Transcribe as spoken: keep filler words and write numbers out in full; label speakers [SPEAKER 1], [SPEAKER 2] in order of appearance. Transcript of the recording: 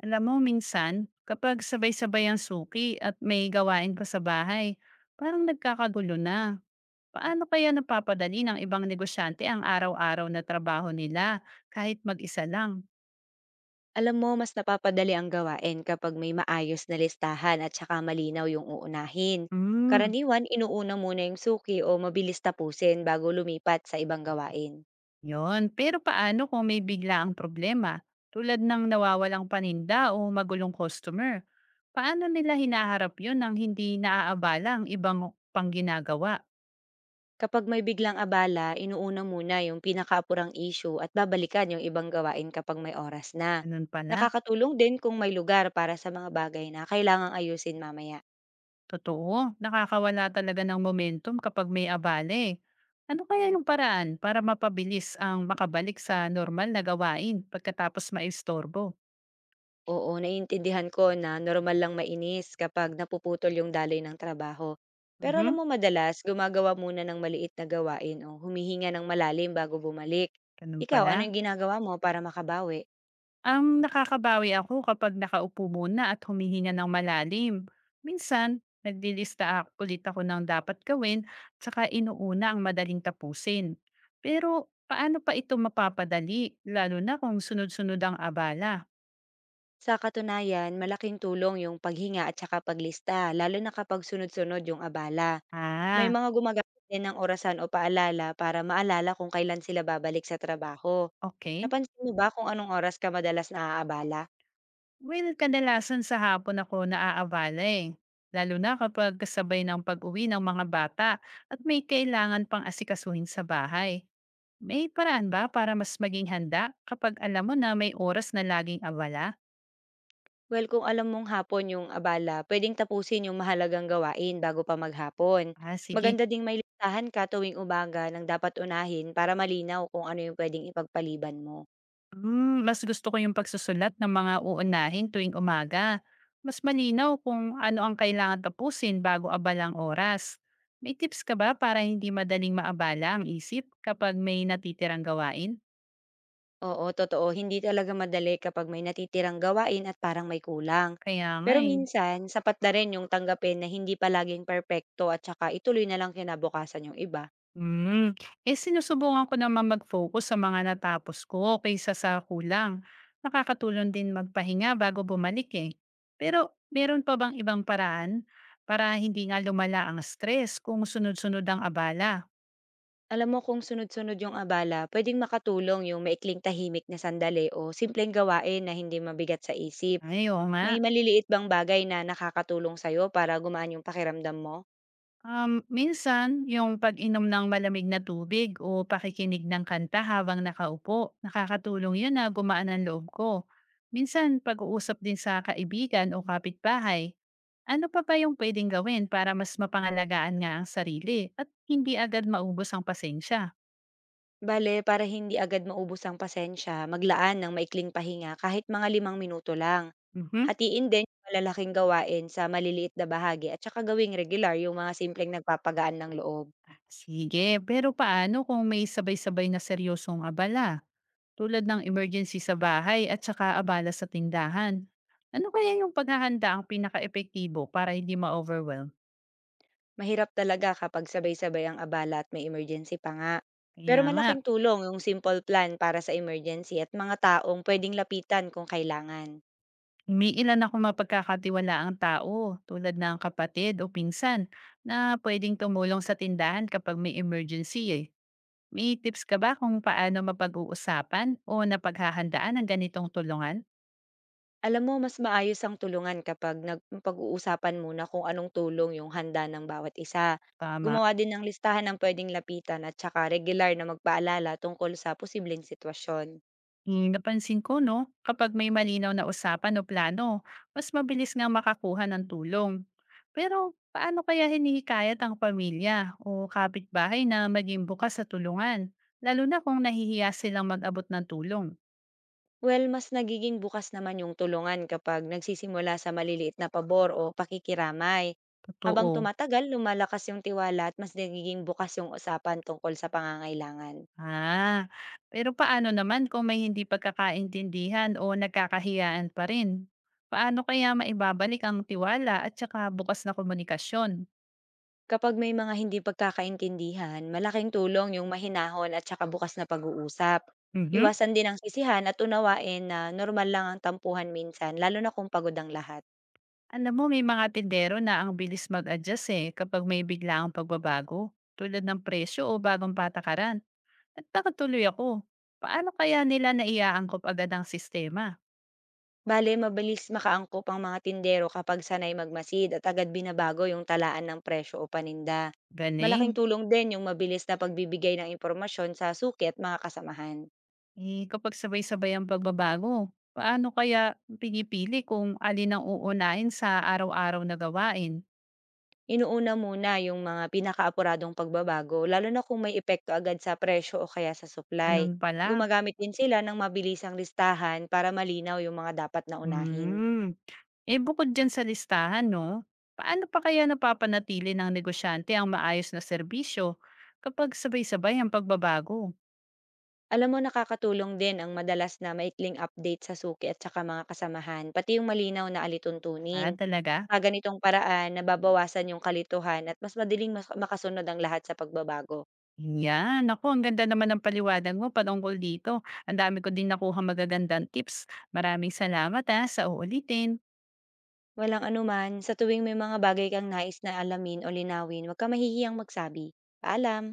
[SPEAKER 1] Alam mo minsan, kapag sabay-sabay ang suki at may gawain pa sa bahay, parang nagkakagulo na. Paano kaya napapadali ng ibang negosyante ang araw-araw na trabaho nila kahit mag-isa lang?
[SPEAKER 2] Alam mo, mas napapadali ang gawain kapag may maayos na listahan at saka malinaw yung uunahin.
[SPEAKER 1] Hmm,
[SPEAKER 2] Karaniwan, inuuna muna yung suki o mabilis tapusin bago lumipat sa ibang gawain.
[SPEAKER 1] yun. Pero paano kung may bigla ang problema tulad ng nawawalang paninda o magulong customer? Paano nila hinaharap yon nang hindi naaabala ang ibang pangginagawa ginagawa?
[SPEAKER 2] Kapag may biglang abala, inuuna muna yung pinakaapurang issue at babalikan yung ibang gawain kapag may oras na.
[SPEAKER 1] Ganun pala.
[SPEAKER 2] Nakakatulong din kung may lugar para sa mga bagay na kailangang ayusin mamaya.
[SPEAKER 1] Totoo, nakakawala talaga ng momentum kapag may abale. Ano kaya yung paraan para mapabilis ang makabalik sa normal na gawain pagkatapos maistorbo?
[SPEAKER 2] Oo, naiintindihan ko na normal lang mainis kapag napuputol yung daloy ng trabaho. Pero alam
[SPEAKER 1] Mhm,
[SPEAKER 2] mo madalas, gumagawa muna ng maliit na gawain o humihinga ng malalim bago bumalik.
[SPEAKER 1] ganun
[SPEAKER 2] Ikaw, ano
[SPEAKER 1] pala.
[SPEAKER 2] yung ginagawa mo para makabawi?
[SPEAKER 1] Um, nakakabawi ako kapag nakaupo muna at humihinga ng malalim. Minsan, naglilista ako ulit ako ng dapat gawin, tsaka inuuna ang madaling tapusin. Pero paano pa ito mapapadali, lalo na kung sunod-sunod ang abala?
[SPEAKER 2] Sa katunayan, malaking tulong yung paghinga at saka paglista, lalo na kapag sunod-sunod yung abala. May
[SPEAKER 1] Ah,
[SPEAKER 2] mga gumagamit din ng orasan o paalala para maalala kung kailan sila babalik sa trabaho.
[SPEAKER 1] okay.
[SPEAKER 2] Napansin mo ba kung anong oras ka madalas naaabala?
[SPEAKER 1] Well, kadalasan sa hapon ako naaabala eh. Lalo na kapag kasabay ng pag-uwi ng mga bata at may kailangan pang asikasuhin sa bahay. May paraan ba para mas maging handa kapag alam mo na may oras na laging abala?
[SPEAKER 2] Well, kung alam mong hapon yung abala, pwedeng tapusin yung mahalagang gawain bago pa maghapon.
[SPEAKER 1] Ah, sige.
[SPEAKER 2] Maganda ding may listahan ka tuwing umaga ng dapat unahin para malinaw kung ano yung pwedeng ipagpaliban mo.
[SPEAKER 1] Mm, mas gusto ko yung pagsusulat ng mga uunahin tuwing umaga. Mas malinaw kung ano ang kailangan tapusin bago abalang oras. May tips ka ba para hindi madaling maabala ang isip kapag may natitirang gawain?
[SPEAKER 2] Oo, totoo, hindi talaga madali kapag may natitirang gawain at parang may kulang.
[SPEAKER 1] Kaya nga
[SPEAKER 2] Pero
[SPEAKER 1] eh.
[SPEAKER 2] minsan, sapat na rin yung tanggapin na hindi palaging perpekto at saka ituloy na lang kinabukasan yung iba.
[SPEAKER 1] Hmm, eh, sinusubukan ko naman mag-focus sa mga natapos ko kaysa sa kulang. Nakakatulong din magpahinga bago bumalik eh. Pero meron pa bang ibang paraan para hindi nga lumala ang stress kung sunod-sunod ang abala?
[SPEAKER 2] Alam mo kung sunod-sunod yung abala, pwedeng makatulong yung maikling tahimik na sandali o simpleng gawain na hindi mabigat sa isip.
[SPEAKER 1] Ay, oo nga.
[SPEAKER 2] May maliliit bang bagay na nakakatulong sa'yo para gumaan yung pakiramdam mo?
[SPEAKER 1] Um, minsan, yung pag-inom ng malamig na tubig o pakikinig ng kanta habang nakaupo, nakakatulong yun na gumaan ang loob ko. Minsan, pag-uusap din sa kaibigan o kapitbahay. Ano pa ba yung pwedeng gawin para mas mapangalagaan nga ang sarili at hindi agad maubos ang pasensya?
[SPEAKER 2] Bale, para hindi agad maubos ang pasensya, maglaan ng maikling pahinga kahit mga limang minuto lang.
[SPEAKER 1] Mhm.
[SPEAKER 2] Hatiin din yung malalaking gawain sa maliliit na bahagi at saka gawing regular yung mga simpleng nagpapagaan ng loob.
[SPEAKER 1] Sige, pero paano kung may sabay-sabay na seryosong abala, tulad ng emergency sa bahay at saka abala sa tindahan? Ano kaya yung paghahanda ang pinaka-epektibo para hindi ma-overwhelm?
[SPEAKER 2] Mahirap talaga kapag sabay-sabay ang abala at may emergency pa nga.
[SPEAKER 1] Kaya
[SPEAKER 2] Pero
[SPEAKER 1] nga,
[SPEAKER 2] malaking tulong yung simple plan para sa emergency at mga taong pwedeng lapitan kung kailangan.
[SPEAKER 1] may ilan ako mapagkakatiwala ang tao tulad ng kapatid o pinsan na pwedeng tumulong sa tindahan kapag may emergency eh. May tips ka ba kung paano mapag-uusapan o napaghahandaan ang ganitong tulungan?
[SPEAKER 2] Alam mo, mas maayos ang tulungan kapag nagpag-uusapan muna kung anong tulong yung handa ng bawat isa.
[SPEAKER 1] Tama?
[SPEAKER 2] Gumawa din ng listahan ng pwedeng lapitan at saka regular na magpaalala tungkol sa posibleng sitwasyon.
[SPEAKER 1] Hmm, napansin ko, no, kapag may malinaw na usapan o plano, mas mabilis nga makakuha ng tulong. Pero paano kaya hinihikayat ang pamilya o kapitbahay na maging bukas sa tulungan, lalo na kung nahihiya silang mag-abot ng tulong?
[SPEAKER 2] Well, mas nagiging bukas naman yung tulungan kapag nagsisimula sa maliliit na pabor o pakikiramay. Habang
[SPEAKER 1] Totoo.
[SPEAKER 2] tumatagal, lumalakas yung tiwala at mas nagiging bukas yung usapan tungkol sa pangangailangan.
[SPEAKER 1] Ah, pero paano naman kung may hindi pagkakaintindihan o nagkakahiyaan pa rin? Paano kaya maibabalik ang tiwala at saka bukas na komunikasyon?
[SPEAKER 2] Kapag may mga hindi pagkakaintindihan, malaking tulong yung mahinahon at saka bukas na pag-uusap.
[SPEAKER 1] Mhm.
[SPEAKER 2] Iwasan din ang sisihan at unawain na normal lang ang tampuhan minsan, lalo na kung pagod ang lahat.
[SPEAKER 1] Alam mo, may mga tindero na ang bilis mag-adjust eh kapag may biglaang pagbabago, tulad ng presyo o bagong patakaran. At nakatuloy ako. Paano kaya nila naiaangkop agad ang sistema?
[SPEAKER 2] Bale, mabilis makaangkop ang mga tindero kapag sanay magmasid at agad binabago yung talaan ng presyo o paninda. Malaking
[SPEAKER 1] Galing.
[SPEAKER 2] tulong din yung mabilis na pagbibigay ng impormasyon sa suki at mga kasamahan.
[SPEAKER 1] Eh, kapag sabay-sabay ang pagbabago, paano kaya pinipili kung alin ang uunahin sa araw-araw na gawain?
[SPEAKER 2] Inuuna muna yung mga pinakaapuradong pagbabago, lalo na kung may epekto agad sa presyo o kaya sa supply.
[SPEAKER 1] Ganun pala.
[SPEAKER 2] Gumagamit din sila ng mabilisang listahan para malinaw yung mga dapat na unahin.
[SPEAKER 1] Hmm. Eh, bukod diyan sa listahan 'no, paano pa kaya napapanatili ng negosyante ang maayos na serbisyo kapag sabay-sabay ang pagbabago?
[SPEAKER 2] Alam mo, nakakatulong din ang madalas na maikling update sa suki at saka mga kasamahan, pati yung malinaw na
[SPEAKER 1] Ah,
[SPEAKER 2] alituntunin.
[SPEAKER 1] talaga?
[SPEAKER 2] Sa ganitong paraan nababawasan yung kalituhan at mas madaling mas makasunod ang lahat sa pagbabago.
[SPEAKER 1] Yan, naku ang ganda naman ng paliwanag mo patungkol dito. Ang dami ko din nakuhang magagandang tips. Maraming salamat, ah, sa uulitin.
[SPEAKER 2] Walang anuman, sa tuwing may mga bagay kang nais na alamin o linawin, huwag kang mahihiyang magsabi. Paalam!